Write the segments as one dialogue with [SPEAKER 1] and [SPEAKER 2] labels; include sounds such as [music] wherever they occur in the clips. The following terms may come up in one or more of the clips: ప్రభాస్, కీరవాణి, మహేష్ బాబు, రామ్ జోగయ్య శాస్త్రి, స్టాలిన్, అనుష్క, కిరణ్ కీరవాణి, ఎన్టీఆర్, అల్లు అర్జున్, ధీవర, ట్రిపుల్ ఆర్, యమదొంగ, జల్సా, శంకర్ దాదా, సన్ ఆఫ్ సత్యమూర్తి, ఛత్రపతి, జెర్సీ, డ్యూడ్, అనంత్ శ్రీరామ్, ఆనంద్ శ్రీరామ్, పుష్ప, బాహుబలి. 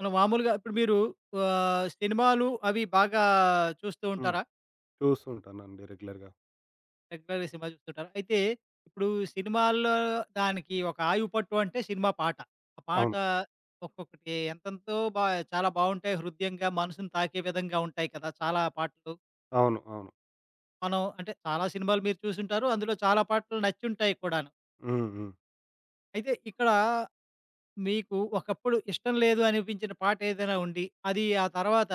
[SPEAKER 1] అలా మామూలుగా ఇప్పుడు మీరు సినిమాలు అవి బాగా చూస్తూ
[SPEAKER 2] హ్మ్.
[SPEAKER 1] ఉంటారా?
[SPEAKER 2] చూస్తుంటానండి రెగ్యులర్‌గా.
[SPEAKER 1] రెగ్యులర్‌గా సినిమా చూస్తుంటారా? అయితే ఇప్పుడు సినిమాల్లో దానికి ఒక ఆయువు పట్టు అంటే సినిమా పాట. ఆ పాట
[SPEAKER 2] అవును.
[SPEAKER 1] ఒక్కొక్కటి ఎంతెంతో బా చాలా బావుంటాయి. హృద్యంగా మనసుని తాకే విధంగా ఉంటాయి కదా! చాలా పాటలు.
[SPEAKER 2] అవును. అవును.
[SPEAKER 1] మనం అంటే చాలా సినిమాలు మీరు చూసుంటారు. అందులో చాలా పాటలు నచ్చుంటాయి కూడాను.
[SPEAKER 2] హ్మ్. హ్మ్.
[SPEAKER 1] అయితే ఇక్కడ మీకు ఒకప్పుడు ఇష్టం లేదు అనిపించిన పాట ఏదైనా ఉండి, అది ఆ తర్వాత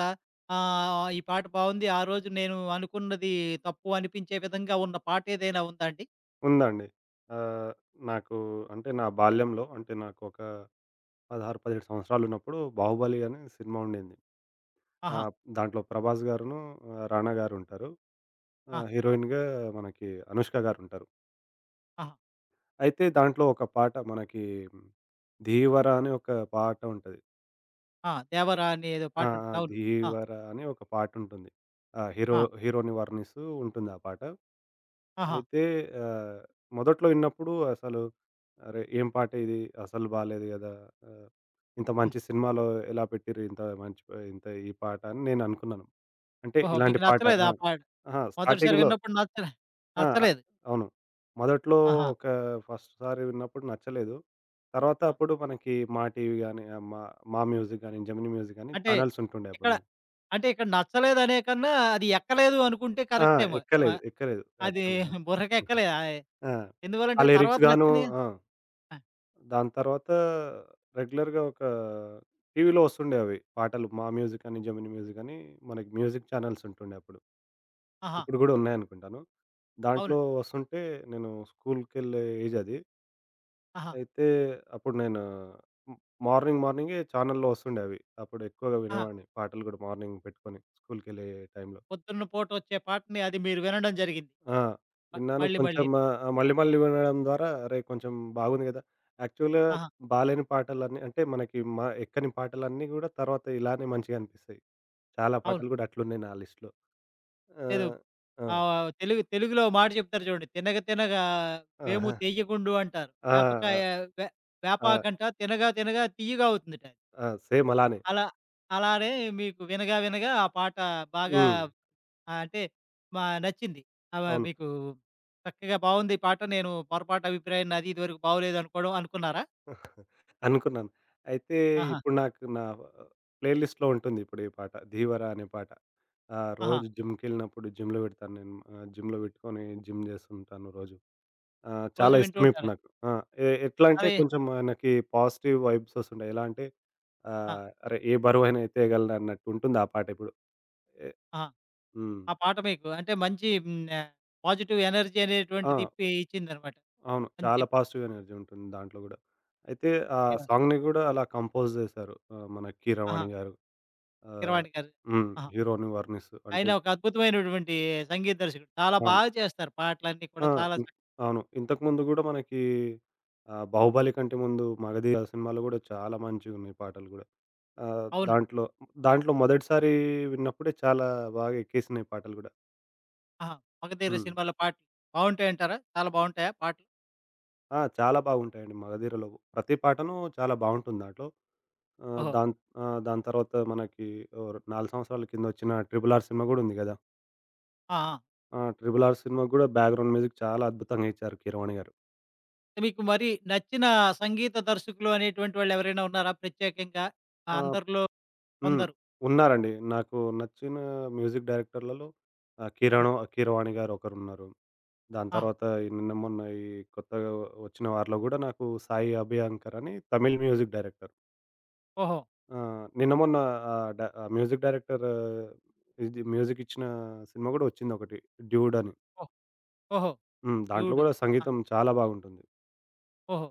[SPEAKER 1] ఈ పాట బావుంది. ఆ రోజు నేను అనుకున్నది తప్పు అనిపించే విధంగా ఉన్న పాట ఏదైనా ఉందా అండి?
[SPEAKER 2] ఉందండి. ఆహ్, నాకు అంటే నా బాల్యంలో అంటే నాకు ఒక 16, 17 సంవత్సరాలున్నప్పుడు 'బాహుబలి' అనే సినిమా ఉండింది.
[SPEAKER 1] ఆహా!
[SPEAKER 2] ఆహ్, దాంట్లో 'ప్రభాస్' గారును, 'రానా' గారుంటారు.
[SPEAKER 1] ఆ!
[SPEAKER 2] హీరోయిన్‌గా మనకి 'అనుష్క' గారుంటారు.
[SPEAKER 1] ఆహా!
[SPEAKER 2] అయితే దాంట్లో ఒక పాట మనకి 'ధీవర' అనే ఒక పాట ఉంటది.
[SPEAKER 1] ఆ! 'దేవరా' అని ఏదో
[SPEAKER 2] ఆ!
[SPEAKER 1] పాట ఉంటుంది.
[SPEAKER 2] ఆ!
[SPEAKER 1] అవును. ఆ!
[SPEAKER 2] 'ధీవర' అని ఒక పాటుంటుంది. ఆ! హీరో
[SPEAKER 1] ఆ!
[SPEAKER 2] హీరోని వర్ణిస్తూ ఉంటుంది ఆ పాట.
[SPEAKER 1] ఆహా!
[SPEAKER 2] అయితే ఆహ్, మొదట్లో ఇన్నప్పుడు అసలు అరే! ఏం పాట ఇది? అసలు బాలేదు గదా! ఆహ్, ఇంత
[SPEAKER 1] హ్మ్.
[SPEAKER 2] మంచి సినిమాలో ఎలా పెట్టిర్రు? ఇంత మంచి ప ఇంత ఈ పాట అని నేననుకున్నాను. అంటే
[SPEAKER 1] ఓహో!
[SPEAKER 2] ఇలాంటి
[SPEAKER 1] మీకు
[SPEAKER 2] పాట
[SPEAKER 1] నచ్చలేదు
[SPEAKER 2] ఆ!
[SPEAKER 1] ఆ పాట.
[SPEAKER 2] అహా!
[SPEAKER 1] మొదటిసారి
[SPEAKER 2] స్టార్టింగ్‌లో
[SPEAKER 1] విన్నప్పుడు
[SPEAKER 2] ఆ!
[SPEAKER 1] నచ్చలేదు.
[SPEAKER 2] అవును. మొదట్లో
[SPEAKER 1] ఆహా!
[SPEAKER 2] ఒక ఫస్ట్ సారి విన్నప్పుడు నచ్చలేదు. తర్వాత
[SPEAKER 1] ఆ!
[SPEAKER 2] అప్పుడు మనకి మా టీవీ గాని, మా మా మ్యూజిక్ గాని, జెమినీ మ్యూజిక్ గాని
[SPEAKER 1] అంటే
[SPEAKER 2] ఛానెల్స్ ఉంటుండే అప్పుడు
[SPEAKER 1] ఇక్కడ
[SPEAKER 2] మనకి.
[SPEAKER 1] నచ్చలేదనే కన్నా అది ఎక్కలేదు అనుకుంటే
[SPEAKER 2] ఆ!
[SPEAKER 1] కరెక్ట్ ఏమో.
[SPEAKER 2] ఎక్కలేదు.
[SPEAKER 1] ఆహ్,
[SPEAKER 2] ఎక్కలేదు
[SPEAKER 1] అది
[SPEAKER 2] యాక్చువల్‌గా.
[SPEAKER 1] బుర్రకెక్కలేదు.
[SPEAKER 2] ఆ! ఆ
[SPEAKER 1] ఎందువల్లంటే తర్వాత
[SPEAKER 2] లిరిక్స్ గాను.
[SPEAKER 1] నచ్చింది.
[SPEAKER 2] ఆ!
[SPEAKER 1] ఆ!
[SPEAKER 2] దాని తర్వాత రెగ్యులర్‌గా ఒక టీవీలో వస్తుండే అవి పాటలు. 'మా మ్యూజిక్' అని, 'జెమినీ మ్యూజిక్' అని మనకి మ్యూజిక్ ఛానెల్స్ ఉంటుండే అప్పుడు.
[SPEAKER 1] ఆహా!
[SPEAKER 2] ఇప్పుడు గూడా ఉన్నాయనుకుంటాను. దాంట్లో
[SPEAKER 1] అవునండి.
[SPEAKER 2] వస్తుంటే నేను స్కూల్‌కెళ్ళే ఏజ్ అది.
[SPEAKER 1] ఆహా!
[SPEAKER 2] అయితే అప్పుడు నేను మ్ మార్నింగే ఛానెల్‌లో వస్తుండే అవి. అప్పుడు ఎక్కువగా
[SPEAKER 1] ఆహా!
[SPEAKER 2] వినేవాడిని పాటలు గూడా మార్నింగ్ పెట్టుకొని స్కూల్‌కెళ్ళే టైంలో.
[SPEAKER 1] పొద్దున్న పూటొచ్చే పాటని అది మీరు వినడం జరిగింది.
[SPEAKER 2] ఆ! విన్నాను.
[SPEAKER 1] మళ్ళీ
[SPEAKER 2] కొంచెం
[SPEAKER 1] మళ్ళీను.
[SPEAKER 2] మళ్ళీ మళ్ళీ వినడం ద్వారా అరే! కొంచెం బాగుంది గదా! యాక్చువల్‌గా
[SPEAKER 1] ఆహా!
[SPEAKER 2] బాలేని పాటలన్నీ అంటే మనకి ఎక్కని పాటలన్నీ గూడా తర్వాత ఇలానే మంచిగా అనిపిస్తాయి. చాలా
[SPEAKER 1] అవును.
[SPEAKER 2] పాటలు గూడా అట్లున్నాయి నా లిస్ట్‌లో.
[SPEAKER 1] లేదు
[SPEAKER 2] ఆహ్, ఆ!
[SPEAKER 1] తెలుగులో మాట చెప్తారు చూడండి. 'తినగ తినగ వేము
[SPEAKER 2] ఆహా!
[SPEAKER 1] తియ్యగుండు' అంటారు.
[SPEAKER 2] ఆ!
[SPEAKER 1] వేపకాయ
[SPEAKER 2] ఆ!
[SPEAKER 1] వే
[SPEAKER 2] ఆ!
[SPEAKER 1] వేపాకంట తినగా తినగా తియ్యగా అవుతుందట.
[SPEAKER 2] ఆ! సేమ్ అలానే.
[SPEAKER 1] అలా అలానే మీకు వినగా వినగా ఆ పాట బాగా
[SPEAKER 2] హ్మ్.
[SPEAKER 1] అంటే నచ్చింది.
[SPEAKER 2] అవును.
[SPEAKER 1] మీకు చక్కగా బావుంది ఈ పాట. నేను పొరపాటు అభిప్రాయాన్ని అది ఇది వరకు బాగోలేదు అనుకోవడం అనుకున్నారా?
[SPEAKER 2] [laughs] అనుకున్నాను. అయితే
[SPEAKER 1] ఆహా!
[SPEAKER 2] ఇప్పుడు నాకు నా ప్లే లిస్ట్‌లో ఉంటుంది ఇప్పుడు ఈ పాట 'ధీవరా' అనే పాట. ఆ!
[SPEAKER 1] ఆహా!
[SPEAKER 2] రోజు జిమ్‌కెళ్ళినప్పుడు జిమ్‌లో పెడతాను నేను. జిమ్‌లో పెట్టుకొని జిమ్ జేస్తుంటాను రోజు. ఆ! చాలా
[SPEAKER 1] రోజు వింటూ
[SPEAKER 2] ఇష్టం ఇప్పుడు
[SPEAKER 1] ఉంటారు.
[SPEAKER 2] నాకు. ఆ! ఎట్లా అంటే
[SPEAKER 1] అదే
[SPEAKER 2] కొంచెం మనకి పాజిటివ్ వైబ్స్ వస్తుంటాయి. ఎలా అంటే
[SPEAKER 1] ఆ!
[SPEAKER 2] అరే! ఏ బరువైనా ఎత్తేయగలను అన్నట్టు ఉంటుంది ఆ పాట ఇప్పుడు. ఎ
[SPEAKER 1] ఆ!
[SPEAKER 2] హ్మ్.
[SPEAKER 1] ఆ పాట మీకు అంటే మంచి హ్మ్. పాజిటివ్ ఎనర్జీ
[SPEAKER 2] ఆ!
[SPEAKER 1] అనేటువంటిది ఇచ్చిందనమాట.
[SPEAKER 2] అవును.
[SPEAKER 1] మంచి
[SPEAKER 2] చాలా పాజిటివ్ ఎనర్జీ ఉంటుంది దాంట్లో గూడా. అయితే ఆ
[SPEAKER 1] ఆహ్,
[SPEAKER 2] సాంగ్‌ని గూడా అలా కంపోజ్ జేశారు. మన
[SPEAKER 1] ఆహా!
[SPEAKER 2] 'కీరవాణి' గారు. ఆహ్,
[SPEAKER 1] 'కీరవాణి' గారు.
[SPEAKER 2] హ్మ్.
[SPEAKER 1] ఆహా!
[SPEAKER 2] హీరోని వర్ణిస్తూ అంటే
[SPEAKER 1] ఆయన ఒక అద్భుతమైనటువంటి సంగీత దర్శకుడు. చాలా
[SPEAKER 2] అవును.
[SPEAKER 1] బాగా చేస్తారు పాటలన్నీ
[SPEAKER 2] ఆ!
[SPEAKER 1] కూడా చాలా
[SPEAKER 2] ఇన్
[SPEAKER 1] చ
[SPEAKER 2] అవును. ఇంతకుముందు గూడా మనకి 'బాహుబలి' కంటే ముందు 'మగధీర' సినిమాలో గూడా చాలా మంచిగున్నాయి పాటలు గూడా.
[SPEAKER 1] అవును.
[SPEAKER 2] దాంట్లో దాంట్లో మొదటిసారి విన్నప్పుడే చాలా బాగా ఎక్కేసినాయి పాటలు గూడా.
[SPEAKER 1] ఆహా! 'మగధీర'
[SPEAKER 2] హ్మ్.
[SPEAKER 1] సినిమాలో పాటలు బావుంటాయంటారా? చాలా బావుంటాయా పాటలు?
[SPEAKER 2] ఆ! చాలా బాగుంటాయండి 'మగధీర'లో. ప్రతి పాటను చాలా బావుంటుంది దాంట్లో. ఆహ్,
[SPEAKER 1] ఓహో!
[SPEAKER 2] దాన్ దాని తర్వాత మనకి ఓ 4 సంవత్సరాల కింద వచ్చిన 'ట్రిపుల్ ఆర్' సినిమా గూడా ఉంది గదా!
[SPEAKER 1] ఆ! ఆ!
[SPEAKER 2] ఆ! 'ట్రిపుల్ ఆర్' సినిమాకి గూడా బ్యాక్‌గ్రౌండ్ మ్యూజిక్ చాలా అద్భుతంగా ఇచ్చారు కీరవాణి గారు.
[SPEAKER 1] మీకు మరి నచ్చిన సంగీత దర్శకులు అనేటువంటి వాళ్ళు ఎవరైనా ఉన్నారా ప్రత్యేకంగా? ఆ,
[SPEAKER 2] ఆ!
[SPEAKER 1] అందరిలో
[SPEAKER 2] హ్మ్.
[SPEAKER 1] కొందరు.
[SPEAKER 2] ఉన్నారండి. నాకు నచ్చిన మ్యూజిక్ డైరెక్టర్‌లలో 'కిరణ్
[SPEAKER 1] హ్మ్.
[SPEAKER 2] కీరవాణి' గారు ఒకరున్నారు. దాని
[SPEAKER 1] ఆహా!
[SPEAKER 2] తర్వాత ఈ నిన్న మొన్న ఈ కొత్తగా వచ్చిన వారిలో గూడా నాకు 'సాయి అభ్యంకర్' అని తమిళ్ మ్యూజిక్ డైరెక్టర్.
[SPEAKER 1] ఓహో!
[SPEAKER 2] ఆ! నిన్న మొన్న ఆ మ్యూజిక్ డైరెక్టర్ ఇది మ్యూజిక్ ఇచ్చిన సినిమా గూడా వచ్చిందొకటి 'డ్యూడ్' అని.
[SPEAKER 1] ఓహ్! ఓహో!
[SPEAKER 2] హ్మ్. దాంట్లో
[SPEAKER 1] శివుడు.
[SPEAKER 2] గూడా
[SPEAKER 1] ఆ!
[SPEAKER 2] సంగీతం చాలా బాగుంటుంది.
[SPEAKER 1] ఓహో!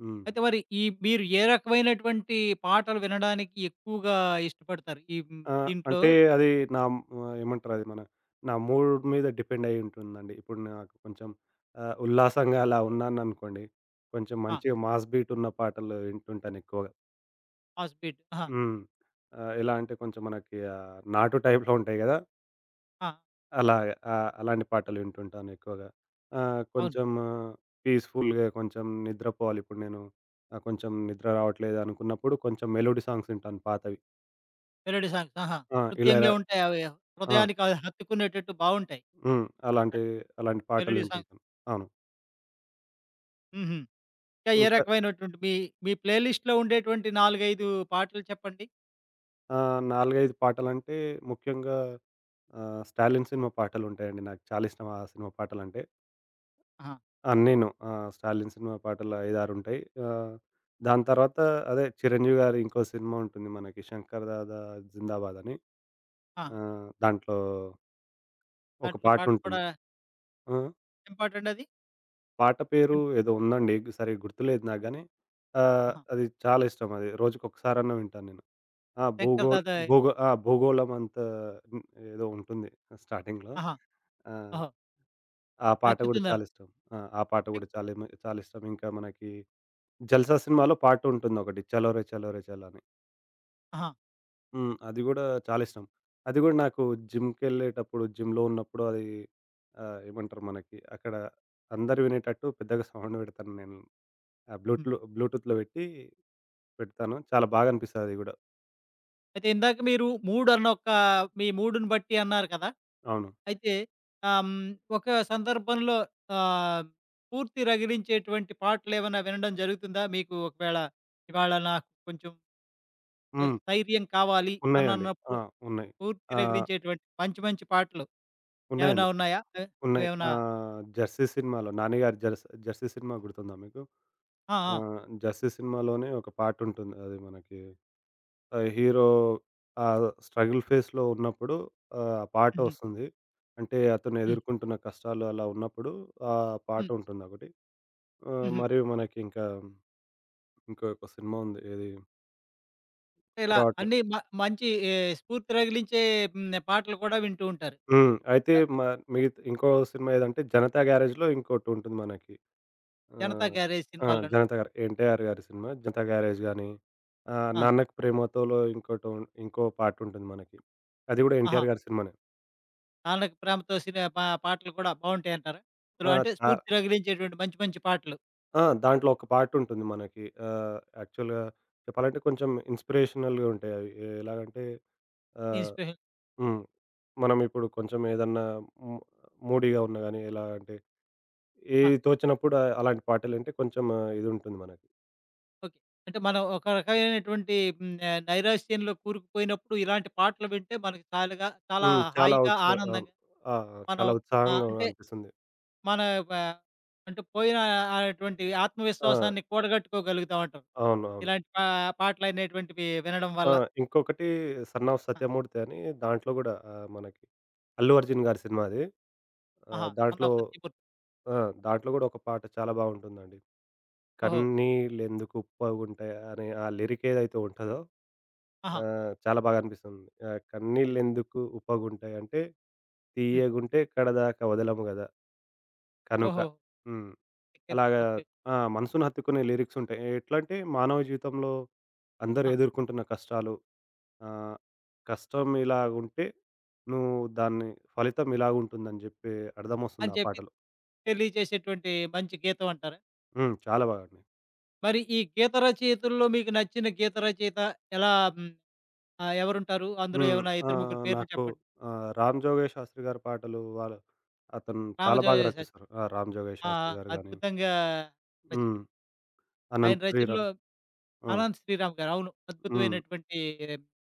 [SPEAKER 2] హ్మ్.
[SPEAKER 1] అయితే మరి ఈ మీరు ఏ రకమైనటువంటి పాటలు వినడానికి ఎక్కువగా ఇష్టపడతారు? ఈ హ్మ్,
[SPEAKER 2] ఆ!
[SPEAKER 1] దీంట్లో
[SPEAKER 2] అంటే అది నా ఆహ్, ఏమంటారది మన నా మూడ్ మీద డిపెండ్ అయ్యి ఉంటుందండి. ఇప్పుడు నాకు కొంచెం ఉల్లాసంగా అలా ఉన్నాననుకోండి, కొంచెం
[SPEAKER 1] ఆ!
[SPEAKER 2] మంచిగా మాస్ బీట్ ఉన్న పాటలు వింటుంటాను ఎక్కువగా.
[SPEAKER 1] Fast beat. ఆహా!
[SPEAKER 2] హ్మ్. ఎలా అంటే కొంచెం మనకి నాటు టైప్‌లో ఉంటాయి గదా!
[SPEAKER 1] ఆ!
[SPEAKER 2] అలాగ అలాంటి పాటలు వింటుంటాను ఎక్కువగా.
[SPEAKER 1] అవును.
[SPEAKER 2] కొంచెం పీస్‌ఫుల్‌గా కొంచెం నిద్రపోవాలి ఇప్పుడు నేను కొంచెం నిద్ర రావట్లేదు అనుకున్నప్పుడు కొంచెం మెలోడీ సాంగ్స్ వింటాను పాతవి.
[SPEAKER 1] Melody songs. ఆహా!
[SPEAKER 2] ఆ!
[SPEAKER 1] హృద్యంగా ఉంటాయి అవి.
[SPEAKER 2] ఆ!
[SPEAKER 1] హృదయానికి అవి హత్తుకునేటట్టు బావుంటాయి.
[SPEAKER 2] హ్మ్. అలాంటి పాటలు
[SPEAKER 1] మెలోడీ సాంగ్
[SPEAKER 2] వింటుంటాను. అవును.
[SPEAKER 1] హుహు. ఇంకా ఏ
[SPEAKER 2] ఇంకా
[SPEAKER 1] రకమైనటువంటి మీ, మీ ప్లే లిస్ట్‌లో ఉండేటువంటి 4, 5 పాటలు చెప్పండి?
[SPEAKER 2] 4, 5 పాటలంటే ముఖ్యంగా 'స్టాలిన్' సినిమా పాటలుంటాయండి. నాకు చాలా ఇష్టం ఆ సినిమా పాటలంటే.
[SPEAKER 1] ఆహా!
[SPEAKER 2] అన్నీను. 'స్టాలిన్' సినిమా పాటలు 5, 6 ఉంటాయి. ఆహ్, దాని తర్వాత అదే 'చిరంజీవి' గారి ఇంకో సినిమా ఉంటుంది మనకి 'శంకర్ దాదా జిందాబాద్' అని.
[SPEAKER 1] ఆ!
[SPEAKER 2] దాంట్లో ఒక
[SPEAKER 1] దాంట్లో పాటలు
[SPEAKER 2] పాటుంటుంది.
[SPEAKER 1] కూడా
[SPEAKER 2] ఆ!
[SPEAKER 1] ఏం పాటండది?
[SPEAKER 2] పాట పేరు ఏదో ఉందండి. సరిగ్గా గుర్తులేదు నాకు గానీ
[SPEAKER 1] ఆహా!
[SPEAKER 2] అది చాలా ఇష్టం అది. రోజుకొకసారన్నా వింటాను నేను. ఆ!
[SPEAKER 1] శంకర్
[SPEAKER 2] భూగోళ్
[SPEAKER 1] దాదా
[SPEAKER 2] భూగో ఆ! భూగోళం అంత హ్మ్, ఏదో ఉంటుంది స్టార్టింగ్‌లో.
[SPEAKER 1] ఆహా!
[SPEAKER 2] ఆ!
[SPEAKER 1] ఓహో!
[SPEAKER 2] ఆ పాట గూడా చాలా
[SPEAKER 1] నచ్చుతుందను.
[SPEAKER 2] ఇష్టం. ఆ! ఆ పాట
[SPEAKER 1] శం
[SPEAKER 2] గూడా చాలా ఇష్టం. ఇంకా మనకి 'జల్సా' సినిమాలో పాటుంటుందొకటి 'చలో రే చలో రే చలో' అని.
[SPEAKER 1] ఆహా!
[SPEAKER 2] హ్మ్. అది గూడా చాలా ఇష్టం. అది గూడా నాకు జిమ్‌కెళ్ళేటప్పుడు, జిమ్‌లో ఉన్నప్పుడు అది ఏమంటారు మనకి అక్కడ అందరూ వినేటట్టు పెద్దగా సౌండ్ పెడతాను నేను. ఆ బ్లూటూత్‌లో పెట్టి పెడతాను. చాలా బాగా అనిపిస్తది అది గూడా.
[SPEAKER 1] అయితే ఇందాక మీరు మూడ్ అన్న ఒక మీ మూడ్‌ని బట్టి అన్నారు కదా!
[SPEAKER 2] అవును.
[SPEAKER 1] అయితే ఆహ్, హ్మ్, ఒక సందర్భంలో ఆహ్, పూర్తి రగిలించేటువంటి పాటలేమన్నా వినడం జరుగుతుందా? మీకు ఒకవేళ ఇవాళ నాకు కొంచెం
[SPEAKER 2] హ్మ్.
[SPEAKER 1] స్థైర్యం కావాలి అని
[SPEAKER 2] ఉన్నాయండి. ఆ!
[SPEAKER 1] అన్నప్పుడు
[SPEAKER 2] ఉన్నాయి.
[SPEAKER 1] పూర్తి
[SPEAKER 2] ఆ!
[SPEAKER 1] రగిలించేటువంటి మంచి మంచి పాటలు ఏమైనా
[SPEAKER 2] ఉన్నాయండి.
[SPEAKER 1] ఉన్నాయా?
[SPEAKER 2] ఉన్నాయి.
[SPEAKER 1] అవేమన్నా
[SPEAKER 2] 'జెర్సీ' సినిమాలో 'నాని గారి జెర్స్ 'జెర్సీ' సినిమా గుర్తుందా మీకు?
[SPEAKER 1] ఆ! ఆ!
[SPEAKER 2] 'జెర్సీ' సినిమాలోనే ఒక పాటుంటుంది. అది మనకి హీరో ఆ స్ట్రగుల్ ఫేస్‌లో ఉన్నప్పుడు ఆ పాట
[SPEAKER 1] హుహు.
[SPEAKER 2] వస్తుంది. అంటే అతను
[SPEAKER 1] హ్మ్.
[SPEAKER 2] ఎదుర్కొంటున్న కష్టాలు అలా ఉన్నప్పుడు ఆ పాట
[SPEAKER 1] హ్మ్.
[SPEAKER 2] ఉంటుందొకటి.
[SPEAKER 1] హుహు.
[SPEAKER 2] మరియు మనకి ఇంకా ఇంకొక సినిమా ఉంది. ఏది గుర్తు
[SPEAKER 1] ఇలా
[SPEAKER 2] రావట్లేదు.
[SPEAKER 1] అన్నీ మ మంచి ఏ స్ఫూర్తి రగిలించే హ్మ్. పాటలు కూడా వింటూ ఉంటారు.
[SPEAKER 2] హ్మ్. అయితే
[SPEAKER 1] ఆహ్,
[SPEAKER 2] మిగతా ఇంకో సినిమా ఏదంటే 'జనతా గ్యారేజ్'లో ఇంకోటుంటుంది మనకి. ఆ!
[SPEAKER 1] 'జనతా గ్యారేజ్'
[SPEAKER 2] ఆ!
[SPEAKER 1] సినిమాలోనా?
[SPEAKER 2] 'జనతా గారు' ఎన్టీఆర్ గారి సినిమా 'జనతా గ్యారేజ్' గాని,
[SPEAKER 1] ఆ!
[SPEAKER 2] 'నాన్నకు ప్రేమతో'లో ఇంకోటో ఇంకో పాటుంటుంది మనకి. అది గూడా
[SPEAKER 1] ఆహా!
[SPEAKER 2] ఎన్టీఆర్ గారి సినిమానే.
[SPEAKER 1] వాళ్ళకి ప్రేమతో సిని పా పాటలు కూడా బావుంటాయంటారా? ఇందులో
[SPEAKER 2] ఆ!
[SPEAKER 1] అంటే
[SPEAKER 2] చా
[SPEAKER 1] స్ఫూర్తి రగిలించేటువంటి మంచి మంచి పాటలు.
[SPEAKER 2] ఆ! దాంట్లో ఒక పాటుంటుంది మనకి. యాక్చువల్‌గా చెప్పాలంటే కొంచెం ఇన్‌స్పిరేషనల్‌గా ఉంటాయి అవి. ఎలాగంటే ఆహ్,
[SPEAKER 1] ఇన్‌స్పిరేషన్
[SPEAKER 2] హ్మ్. మనం ఇప్పుడు కొంచెం ఏదన్నా ము మూడీగా ఉన్నా గాని ఎలా అంటే
[SPEAKER 1] ఆ!
[SPEAKER 2] ఏది తోచనప్పుడు అలాంటి పాటలింటే కొంచెం ఇది ఉంటుంది మనకి.
[SPEAKER 1] ఓకే. అంటే మనం ఒక రకమైనటువంటి నైరాశ్యంలో కూరుకుపోయినప్పుడు ఇలాంటి పాటలు వింటే మనకి చాలుగా చాలా
[SPEAKER 2] హ్మ్. చాలా
[SPEAKER 1] హాయిగా,
[SPEAKER 2] ఉత్సా ఆ!
[SPEAKER 1] ఆనందంగా
[SPEAKER 2] ఆ!
[SPEAKER 1] మనం
[SPEAKER 2] చాలా
[SPEAKER 1] ఆ!
[SPEAKER 2] ఉత్సాహంగా
[SPEAKER 1] అంటే
[SPEAKER 2] అనిపిస్తుంది.
[SPEAKER 1] మన వ అంటే పోయిన అటువంటి
[SPEAKER 2] ఆ!
[SPEAKER 1] ఆత్మవిశ్వాసాన్ని కూడగట్టుకోగలుగుతాం అంటారు.
[SPEAKER 2] అవును. అవును.
[SPEAKER 1] ఇలాంటి పాటలనేటువంటివి వినడం
[SPEAKER 2] ఆ!
[SPEAKER 1] వల్ల.
[SPEAKER 2] ఇంకొకటి 'సన్ ఆఫ్
[SPEAKER 1] ఆ!
[SPEAKER 2] సత్యమూర్తి' అని దాంట్లో గూడా మనకి అల్లు అర్జున్ గారి సినిమా అది.
[SPEAKER 1] ఆహా! 'సన్
[SPEAKER 2] దాంట్లో
[SPEAKER 1] ఆఫ్ సత్యమూర్తి.'
[SPEAKER 2] ఆ! దాంట్లో గూడా ఒక పాట చాలా బావుంటుందండి.
[SPEAKER 1] ఓహో!
[SPEAKER 2] 'కన్నీళ్ళెందుకు ఉప్పగుంటాయి' అనే ఆ లిరిక్ ఏదైతే ఉంటదో
[SPEAKER 1] ఆహా!
[SPEAKER 2] చాలా బాగా అనిపిస్తుంది. కన్నీళ్ళెందుకు ఉప్పగుంటాయి అంటే
[SPEAKER 1] హ్మ్.
[SPEAKER 2] తీయగుంటే కడదాకా వదలము గదా! కనుక.
[SPEAKER 1] ఓహో!
[SPEAKER 2] హ్మ్.
[SPEAKER 1] ఓకే.
[SPEAKER 2] అలాగా
[SPEAKER 1] ఓకే.
[SPEAKER 2] ఆ! మనసును హత్తుకునే లిరిక్స్ ఉంటాయి. ఎట్లంటే మానవ జీవితంలో అందరూ
[SPEAKER 1] ఆ!
[SPEAKER 2] ఎదుర్కొంటున్న కష్టాలు ఆహ్, కష్టం ఇలాగుంటే నువ్వు దాన్ని ఫలితం ఇలాగుంటుందని జెప్పి అర్థమొస్తుంది
[SPEAKER 1] అని
[SPEAKER 2] ఆ
[SPEAKER 1] చెప్పి
[SPEAKER 2] పాటలో.
[SPEAKER 1] తెలియజేసేటువంటి మంచి గీతం అంటారా?
[SPEAKER 2] హ్మ్. చాలా బాగండి.
[SPEAKER 1] మరి ఈ గీత రచయితల్లో మీకు నచ్చిన గీత రచయిత ఎలా హ్మ్, ఎవరుంటారు? అందులో
[SPEAKER 2] హ్మ్.
[SPEAKER 1] ఏమైనా ఇద్దరు, ముగ్గురు పేర్లు
[SPEAKER 2] నాకు
[SPEAKER 1] చెప్పండి.
[SPEAKER 2] 'రామ్ జోగయ్య శాస్త్రి' గారి పాటలు వాళ్ళ అతను చాలా బాగా
[SPEAKER 1] రామజోయ శాస్త్రి
[SPEAKER 2] రచిస్తారు. ఆ! 'రామ్ జోగయ్య
[SPEAKER 1] ఆ! ఆ!
[SPEAKER 2] శాస్త్రి' గారు గాని,
[SPEAKER 1] అద్భుతంగా రచి
[SPEAKER 2] హ్మ్.
[SPEAKER 1] ఆయన
[SPEAKER 2] 'అనంత్
[SPEAKER 1] రచనలో
[SPEAKER 2] శ్రీరామ్' ఆ!
[SPEAKER 1] ఆనంద్ శ్రీరామ్ గారు అవును.
[SPEAKER 2] హ్మ్.
[SPEAKER 1] అద్భుతమైనటువంటి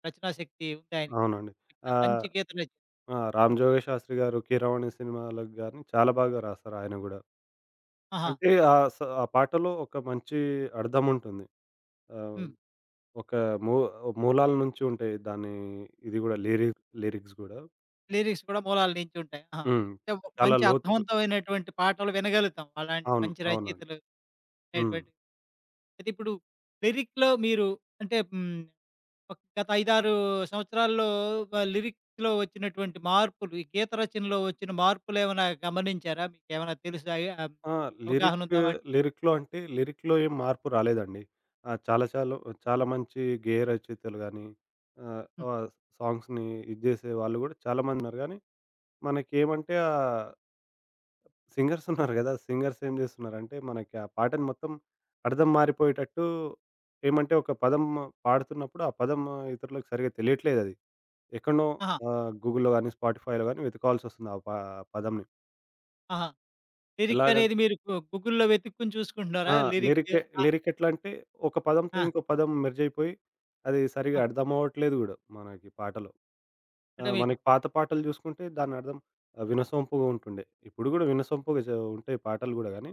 [SPEAKER 1] రచనా శక్తి ఉంది ఆయనకి.
[SPEAKER 2] అవునండి. ఆహ్,
[SPEAKER 1] మంచి గీత రచన.
[SPEAKER 2] ఆ! 'రామ్ జోగయ్య శాస్త్రి' గారు 'కీరవాణి' సినిమాలకు గాని చాలా బాగా రాస్తారు ఆయన గూడా.
[SPEAKER 1] ఆహా!
[SPEAKER 2] అంటే ఆ పాటలో ఒక మంచి అర్థముంటుంది. ఆహ్
[SPEAKER 1] హ్మ్.
[SPEAKER 2] ఒక మూ మూలాల నుంచి ఉంటాయి. దాని ఇది గూడా లిరిక్స్ గూడా.
[SPEAKER 1] లిరిక్స్ కూడా మూలాల నుంచి ఉంటాయి. ఆహా!
[SPEAKER 2] హ్మ్.
[SPEAKER 1] అంటే
[SPEAKER 2] చాలా
[SPEAKER 1] మంచి
[SPEAKER 2] లోతుకు
[SPEAKER 1] అర్థవంతమైనటువంటి పాటలు వినగలుగుతాం. అలాంటి
[SPEAKER 2] అవును.
[SPEAKER 1] మంచి
[SPEAKER 2] అవునండి.
[SPEAKER 1] రచయితలు
[SPEAKER 2] హ్మ్.
[SPEAKER 1] అనేటువంటి అయితే ఇప్పుడు లిరిక్‌లో మీరు అంటే హ్మ్, ఒక గత 5, 6 సంవత్సరాల్లో లిరిక్స్‌లో వచ్చినటువంటి మార్పులు, ఈ గీత రచనలో వచ్చిన మార్పులేమైనా గమనించారా? మీకేమైనా తెలుసా?
[SPEAKER 2] ఆ!
[SPEAKER 1] అవగాహన
[SPEAKER 2] లిరిక్
[SPEAKER 1] ఉందా వాటి
[SPEAKER 2] లిరిక్‌లో అంటే లిరిక్‌లో ఏం మార్పు రాలేదండి. చాలా చాలా చాలా మంచి గేయ రచయితలు గానీ, ఆహ్,
[SPEAKER 1] హ్మ్.
[SPEAKER 2] ఆహ్, సాంగ్స్‌ని ఇది జేసే వాళ్ళు గూడా చాలా మందున్నారు గానీ, మనకేమంటే ఆ సింగర్స్ ఉన్నారు గదా! సింగర్స్ ఏం జేస్తున్నారంటే, మనకి ఆ పాటను మొత్తం అర్థం మారిపోయేటట్టు ఏమంటే, ఒక పదం పాడుతున్నప్పుడు, ఆ పదం ఇతరులకు సరిగ్గా తెలియట్లేదది. ఎక్కడనో
[SPEAKER 1] ఆహా!
[SPEAKER 2] గూగుల్‌లో గానీ, స్పాటిఫైలో గానీ వెతుక్కోవాల్సొస్తుంది ఆ ప పదంని.
[SPEAKER 1] ఆహా! లిరిక్
[SPEAKER 2] ఎలాగం
[SPEAKER 1] అనేది మీరు గూగుల్‌లో వెతుక్కొని
[SPEAKER 2] ఆ!
[SPEAKER 1] చూసుకుంటున్నారా?
[SPEAKER 2] లిరిక్
[SPEAKER 1] లిరిక్ ఆ!
[SPEAKER 2] లిరిక్ ఎట్లా అంటే, ఒక పదంతో
[SPEAKER 1] ఆ!
[SPEAKER 2] ఇంకో పదం మెర్జయిపోయి, అది సరిగ్గా
[SPEAKER 1] హ్మ్.
[SPEAKER 2] అర్థమవ్వట్లేదు గూడా మనకి పాటలో. ఆ!
[SPEAKER 1] అంటే మీకు
[SPEAKER 2] మనకి పాత పాటలు జూసుకుంటే దాని అర్థం వినసొంపుగా ఉంటుండే. ఇప్పుడు గూడా వినసొంపుగా జ ఉంటాయి పాటలు గూడా గానీ,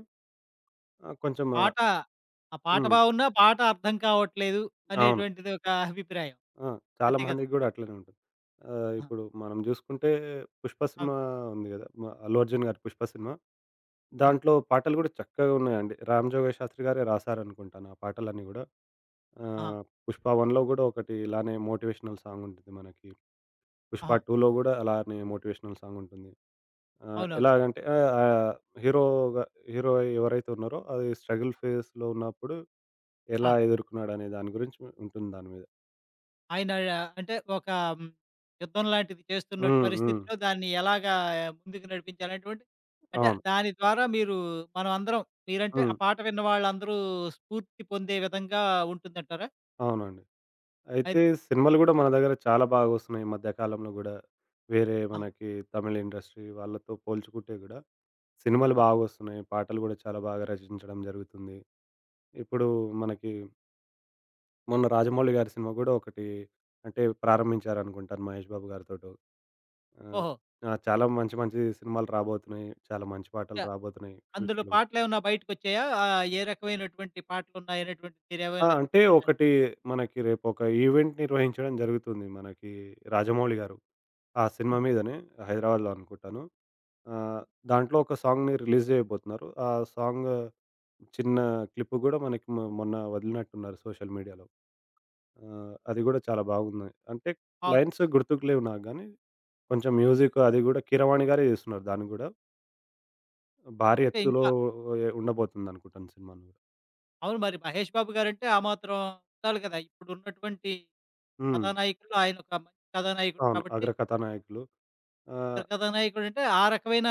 [SPEAKER 2] కొంచెం
[SPEAKER 1] పాట ఆ పాట
[SPEAKER 2] హ్మ్.
[SPEAKER 1] బాగున్నా, పాట అర్థం కావట్లేదు
[SPEAKER 2] అవును.
[SPEAKER 1] అనేటువంటిది ఒక అభిప్రాయం.
[SPEAKER 2] ఆ! చాలా
[SPEAKER 1] అంతే కదండీ!
[SPEAKER 2] మందికి గూడా అట్లనే ఉంటుంది.
[SPEAKER 1] ఆ!
[SPEAKER 2] ఇప్పుడు మనం జూసుకుంటే 'పుష్ప' సినిమా
[SPEAKER 1] అవును.
[SPEAKER 2] ఉంది గదా! అల్లు అర్జున్ గారి 'పుష్ప' సినిమా.
[SPEAKER 1] ఆ!
[SPEAKER 2] దాంట్లో పాటలు గూడా చక్కగా ఉన్నాయండి. 'రామ్ జోగయ్య శాస్త్రి' గారే రాశారనుకుంటాను ఆ పాటలన్నీ గూడా.
[SPEAKER 1] ఆహా!
[SPEAKER 2] ఆహ్, 'పుష్ప 1లో' గూడా ఒకటి ఇలానే మోటివేషనల్ సాంగ్ ఉంటుంది మనకి. 'పుష్ప
[SPEAKER 1] ఆహా!
[SPEAKER 2] 2లో' గూడా అలానే మోటివేషనల్ సాంగ్ ఉంటుంది.
[SPEAKER 1] అవునవును.
[SPEAKER 2] ఎలాగంటే హీరోగా హీరో ఎవరైతే ఉన్నారో అది స్ట్రగుల్ ఫేస్‌లో ఉన్నప్పుడు
[SPEAKER 1] ఆ!
[SPEAKER 2] ఎలా ఎదుర్కున్నాడనే దాని గురించి ఉంటుంది దాని మీద.
[SPEAKER 1] ఆయన అంటే ఒక హ్మ్, యుద్ధం లాంటిది చేస్తున్న
[SPEAKER 2] హ్మ్. హ్మ్.
[SPEAKER 1] పరిస్థితిలో దాన్ని ఎలాగా ముందుకు నడిపించాలనేటువంటి అంటే
[SPEAKER 2] అవును.
[SPEAKER 1] దాని ద్వారా మీరు మనం అందరం మీరంటే ఆ
[SPEAKER 2] హ్మ్.
[SPEAKER 1] పాట విన్న వాళ్ళందరూ స్ఫూర్తి పొందే విధంగా ఉంటుందంటారా?
[SPEAKER 2] అవునండి. అయితే
[SPEAKER 1] అది
[SPEAKER 2] సినిమాలు గూడా మన దగ్గర చాలా బాగొస్తున్నాయి ఈ మధ్య కాలంలో గూడా. వేరే
[SPEAKER 1] ఆహా!
[SPEAKER 2] మనకి తమిళ్ ఇండస్ట్రీ వాళ్ళతో పోల్చుకుంటే గూడా సినిమాలు
[SPEAKER 1] ఆ!
[SPEAKER 2] బాగొస్తున్నాయి. పాటలు గూడా చాలా బాగా రచించడం జరుగుతుంది. ఇప్పుడు మనకి మొన్న 'రాజమౌళి' గారి సినిమా గూడా ఒకటి అంటే ప్రారంభించారనుకుంటాను 'మహేష్ బాబు' గారితోటో. ఆహ్,
[SPEAKER 1] ఓహో!
[SPEAKER 2] ఆ! చాలా మంచి మంచి సినిమాలు రాబోతున్నాయి. చాలా మంచి పాటలు
[SPEAKER 1] య
[SPEAKER 2] రాబోతున్నాయి
[SPEAKER 1] అందులో
[SPEAKER 2] ఫ్యూచర్‌లో గూడా.
[SPEAKER 1] పాటలేమన్నా బయటకొచ్చాయా? ఏ రకమైనటువంటి పాటలున్నాయనేటువంటిది
[SPEAKER 2] ఆ!
[SPEAKER 1] మీరేమైనా
[SPEAKER 2] అంటే
[SPEAKER 1] తెలుసుకున్నారా?
[SPEAKER 2] ఒకటి మనకి రేపొక ఈవెంట్ నిర్వహించడం జరుగుతుంది మనకి 'రాజమౌళి' గారు. ఆ సినిమా
[SPEAKER 1] హుహు.
[SPEAKER 2] మీదనే 'హైదరాబాద్‌లో' అనుకుంటాను. ఆహ్, దాంట్లో ఒక సాంగ్‌ని రిలీజ్ చేయబోతున్నారు. ఆ సాంగ్ చిన్న క్లిప్ గూడా మనకి మొన్న వదిలినట్టున్నారు సోషల్ మీడియాలో. అది గూడా చాలా బాగుంది. అంటే
[SPEAKER 1] అవును.
[SPEAKER 2] లైన్స్ గుర్తుకు లేవు నాకు గానీ, కొంచెం మ్యూజిక్ అది గూడా కీరవాణి గారే చేస్తున్నారు దాన్ని గూడా. భారీ
[SPEAKER 1] అంటే
[SPEAKER 2] ఎత్తులో
[SPEAKER 1] ఇంకా
[SPEAKER 2] ఉండబోతుందనుకుంటాను సినిమాను.
[SPEAKER 1] అవును మరి మహేష్ బాబు గారంటే ఆ మాత్రం ఉండాలి కదా! ఇప్పుడున్నటువంటి
[SPEAKER 2] హ్మ్.
[SPEAKER 1] కథానాయకుల్లో ఆయనొక మంచి కథానాయకుడు
[SPEAKER 2] అవును.
[SPEAKER 1] కాబట్టి
[SPEAKER 2] అగ్ర కథానాయకులు. ఆహ్,
[SPEAKER 1] కథానాయకుడంటే ఆ రకమైన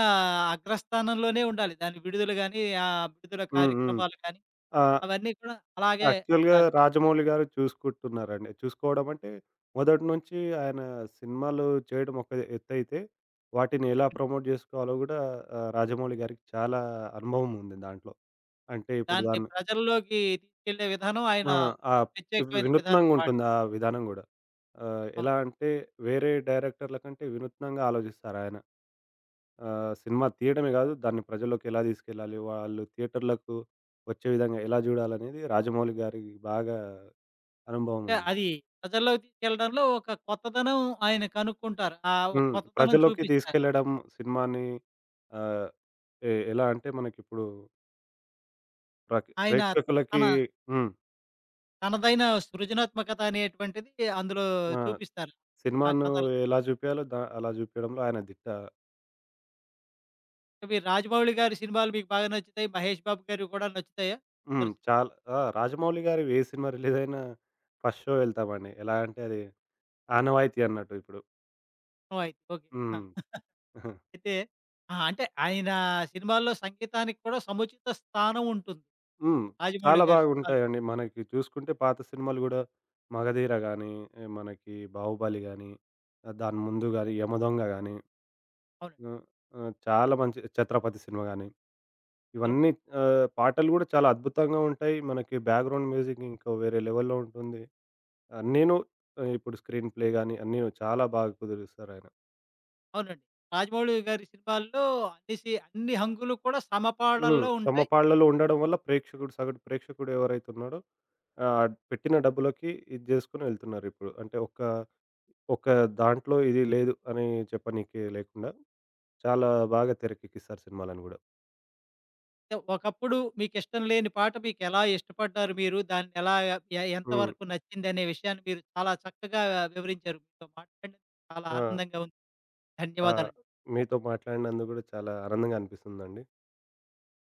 [SPEAKER 1] అగ్రస్థానంలోనే ఉండాలి. దాని విడుదల గాని, ఆ విడుదల
[SPEAKER 2] హ్మ్. హ్మ్.
[SPEAKER 1] కార్యక్రమాలు కానీ,
[SPEAKER 2] ఆ!
[SPEAKER 1] అవన్నీ కూడా అలాగే
[SPEAKER 2] యాక్చువల్‌గా
[SPEAKER 1] ఉండాలి.
[SPEAKER 2] 'రాజమౌళి' గారు చూసుకుంటున్నారండి. చూసుకోవడం అంటే మొదటి నుంచి ఆయన సినిమాలు చేయడం ఒక ఎత్తైతే, వాటిని ఎలా
[SPEAKER 1] హ్మ్.
[SPEAKER 2] ప్రమోట్ జేసుకోవాలో గూడా 'రాజమౌళి' గారికి చాలా అనుభవం ఉంది దాంట్లో. అంటే ఇప్పుడు
[SPEAKER 1] దాన్ని
[SPEAKER 2] దాన్ని
[SPEAKER 1] ప్రజల్లోకి తీసుకెళ్ళే విధానం ఆయన
[SPEAKER 2] ఆ! ఆహ్,
[SPEAKER 1] ప్రత్యేకమైన విధానం పాటి
[SPEAKER 2] వినూత్నంగుంటుంది ఆ విధానం గూడా. ఎలా
[SPEAKER 1] అవును.
[SPEAKER 2] అంటే వేరే డైరెక్టర్ల కంటే వినూత్నంగా ఆలోచిస్తారాయన. సినిమా తీయడమే గాదు, దాన్ని ప్రజల్లోకి ఎలా తీసుకెళ్ళాలి, వాళ్ళు థియేటర్‌లకు వచ్చే విధంగా ఎలా జూడాలనేది 'రాజమౌళి' గారికి బాగా అనుభవం
[SPEAKER 1] అంటే
[SPEAKER 2] ఉంది.
[SPEAKER 1] అది ప్రజల్లోకి తీసుకెళ్ళడంలో ఒక కొత్తదనం ఆయన కనుక్కుంటారు. ఆ ఒక
[SPEAKER 2] హ్మ్.
[SPEAKER 1] కొత్తదనం
[SPEAKER 2] ప్రజల్లోకి
[SPEAKER 1] చూపిస్తారు.
[SPEAKER 2] తీసుకెళ్ళడం సినిమాని ఆహ్, ఎలా అంటే మనకిప్పుడు
[SPEAKER 1] ఆయన
[SPEAKER 2] ప్రేక్షకులకి
[SPEAKER 1] తన
[SPEAKER 2] హ్మ్.
[SPEAKER 1] తనదైన సృజనాత్మకత అనేటువంటిది అందులో
[SPEAKER 2] ఆ!
[SPEAKER 1] చూపిస్తారు. ఆ
[SPEAKER 2] సినిమాను
[SPEAKER 1] కథలు.
[SPEAKER 2] ఎలా జూపియాలో దా అలా జూపియడంలో ఆయన దిట్ట.
[SPEAKER 1] ఇవి రాజమౌళి గారి సినిమాలు మీకు బాగా నచ్చుతాయి. మహేష్ బాబు గారివి కూడా నచ్చుతాయా?
[SPEAKER 2] హ్మ్. చాలా ఆ! రాజమౌళి గారివి ఏ సినిమా రిలీజయినా ఫస్ట్ షో వెళ్తామండి. ఎలా అంటే అది ఆనవాయితీ అన్నట్టు ఇప్పుడు.
[SPEAKER 1] ఓహ్! ఓకే.
[SPEAKER 2] హ్మ్.
[SPEAKER 1] [laughs]
[SPEAKER 2] [laughs]
[SPEAKER 1] అయితే ఆ! అంటే ఆయన సినిమాల్లో సంగీతానికి కూడా సముచిత స్థానం ఉంటుంది.
[SPEAKER 2] హ్మ్.
[SPEAKER 1] రాజమౌళి
[SPEAKER 2] చాలా
[SPEAKER 1] గారి సినిమాల్లో.
[SPEAKER 2] బాగుంటాయండి. మనకి చూసుకుంటే పాత సినిమాలు గూడా 'మగధీర' గానీ, మనకి 'బాహుబలి' గానీ, దాని ముందు గానీ 'యమదొంగ' గానీ
[SPEAKER 1] అవునండి.
[SPEAKER 2] ఆ! ఆ! చాలా మంచి 'ఛత్రపతి' సినిమా గాని, ఇవన్నీ
[SPEAKER 1] 'ఛత్రపతి'
[SPEAKER 2] పాటలు గూడా చాలా అద్భుతంగా ఉంటాయి. మనకి బ్యాక్‌గ్రౌండ్ మ్యూజిక్ ఇంకో వేరే లెవెల్‌లో ఉంటుంది. అన్నీను ఇప్పుడు స్క్రీన్ ప్లే గాని అన్నీను చాలా బాగా కుదిరిస్తారాయన.
[SPEAKER 1] అవునండి. రాజమౌళి గారి సినిమాల్లో అన్ని అన్ని హంగులు కూడా
[SPEAKER 2] హ్మ్.
[SPEAKER 1] సమపాళల్లో ఉంటాయి.
[SPEAKER 2] సమపాళ్లలో ఉండడం వల్ల ప్రేక్షకుడు సగటు ప్రేక్షకుడు ఎవరైతే ఉన్నాడో పెట్టిన డబ్బులకి ఇది జేసుకొని వెళ్తున్నారిప్పుడు. అంటే ఒక దాంట్లో ఇది లేదు అని చెప్పనీకి లేకుండా చాలా బాగా తెరకెక్కిస్తారు సినిమాలను గూడా.
[SPEAKER 1] ఏ, ఒకప్పుడు మీకిష్టం లేని పాట మీకెలా ఇష్టపడ్డారు మీరు? దాన్ని ఎలా
[SPEAKER 2] హ్మ్.
[SPEAKER 1] ఎంతవరకు నచ్చిందనే విషయాన్ని మీరు చాలా చక్కగా వివరించారు. మీతో మాట్లాడినందుకు చాలా
[SPEAKER 2] ఆ!
[SPEAKER 1] ఆనందంగా ఉంది.
[SPEAKER 2] ఆ!
[SPEAKER 1] ధన్యవాదాలండి.
[SPEAKER 2] మీతో మాట్లాడినందుకు గూడా చాలా ఆనందంగా అనిపిస్తుందండి.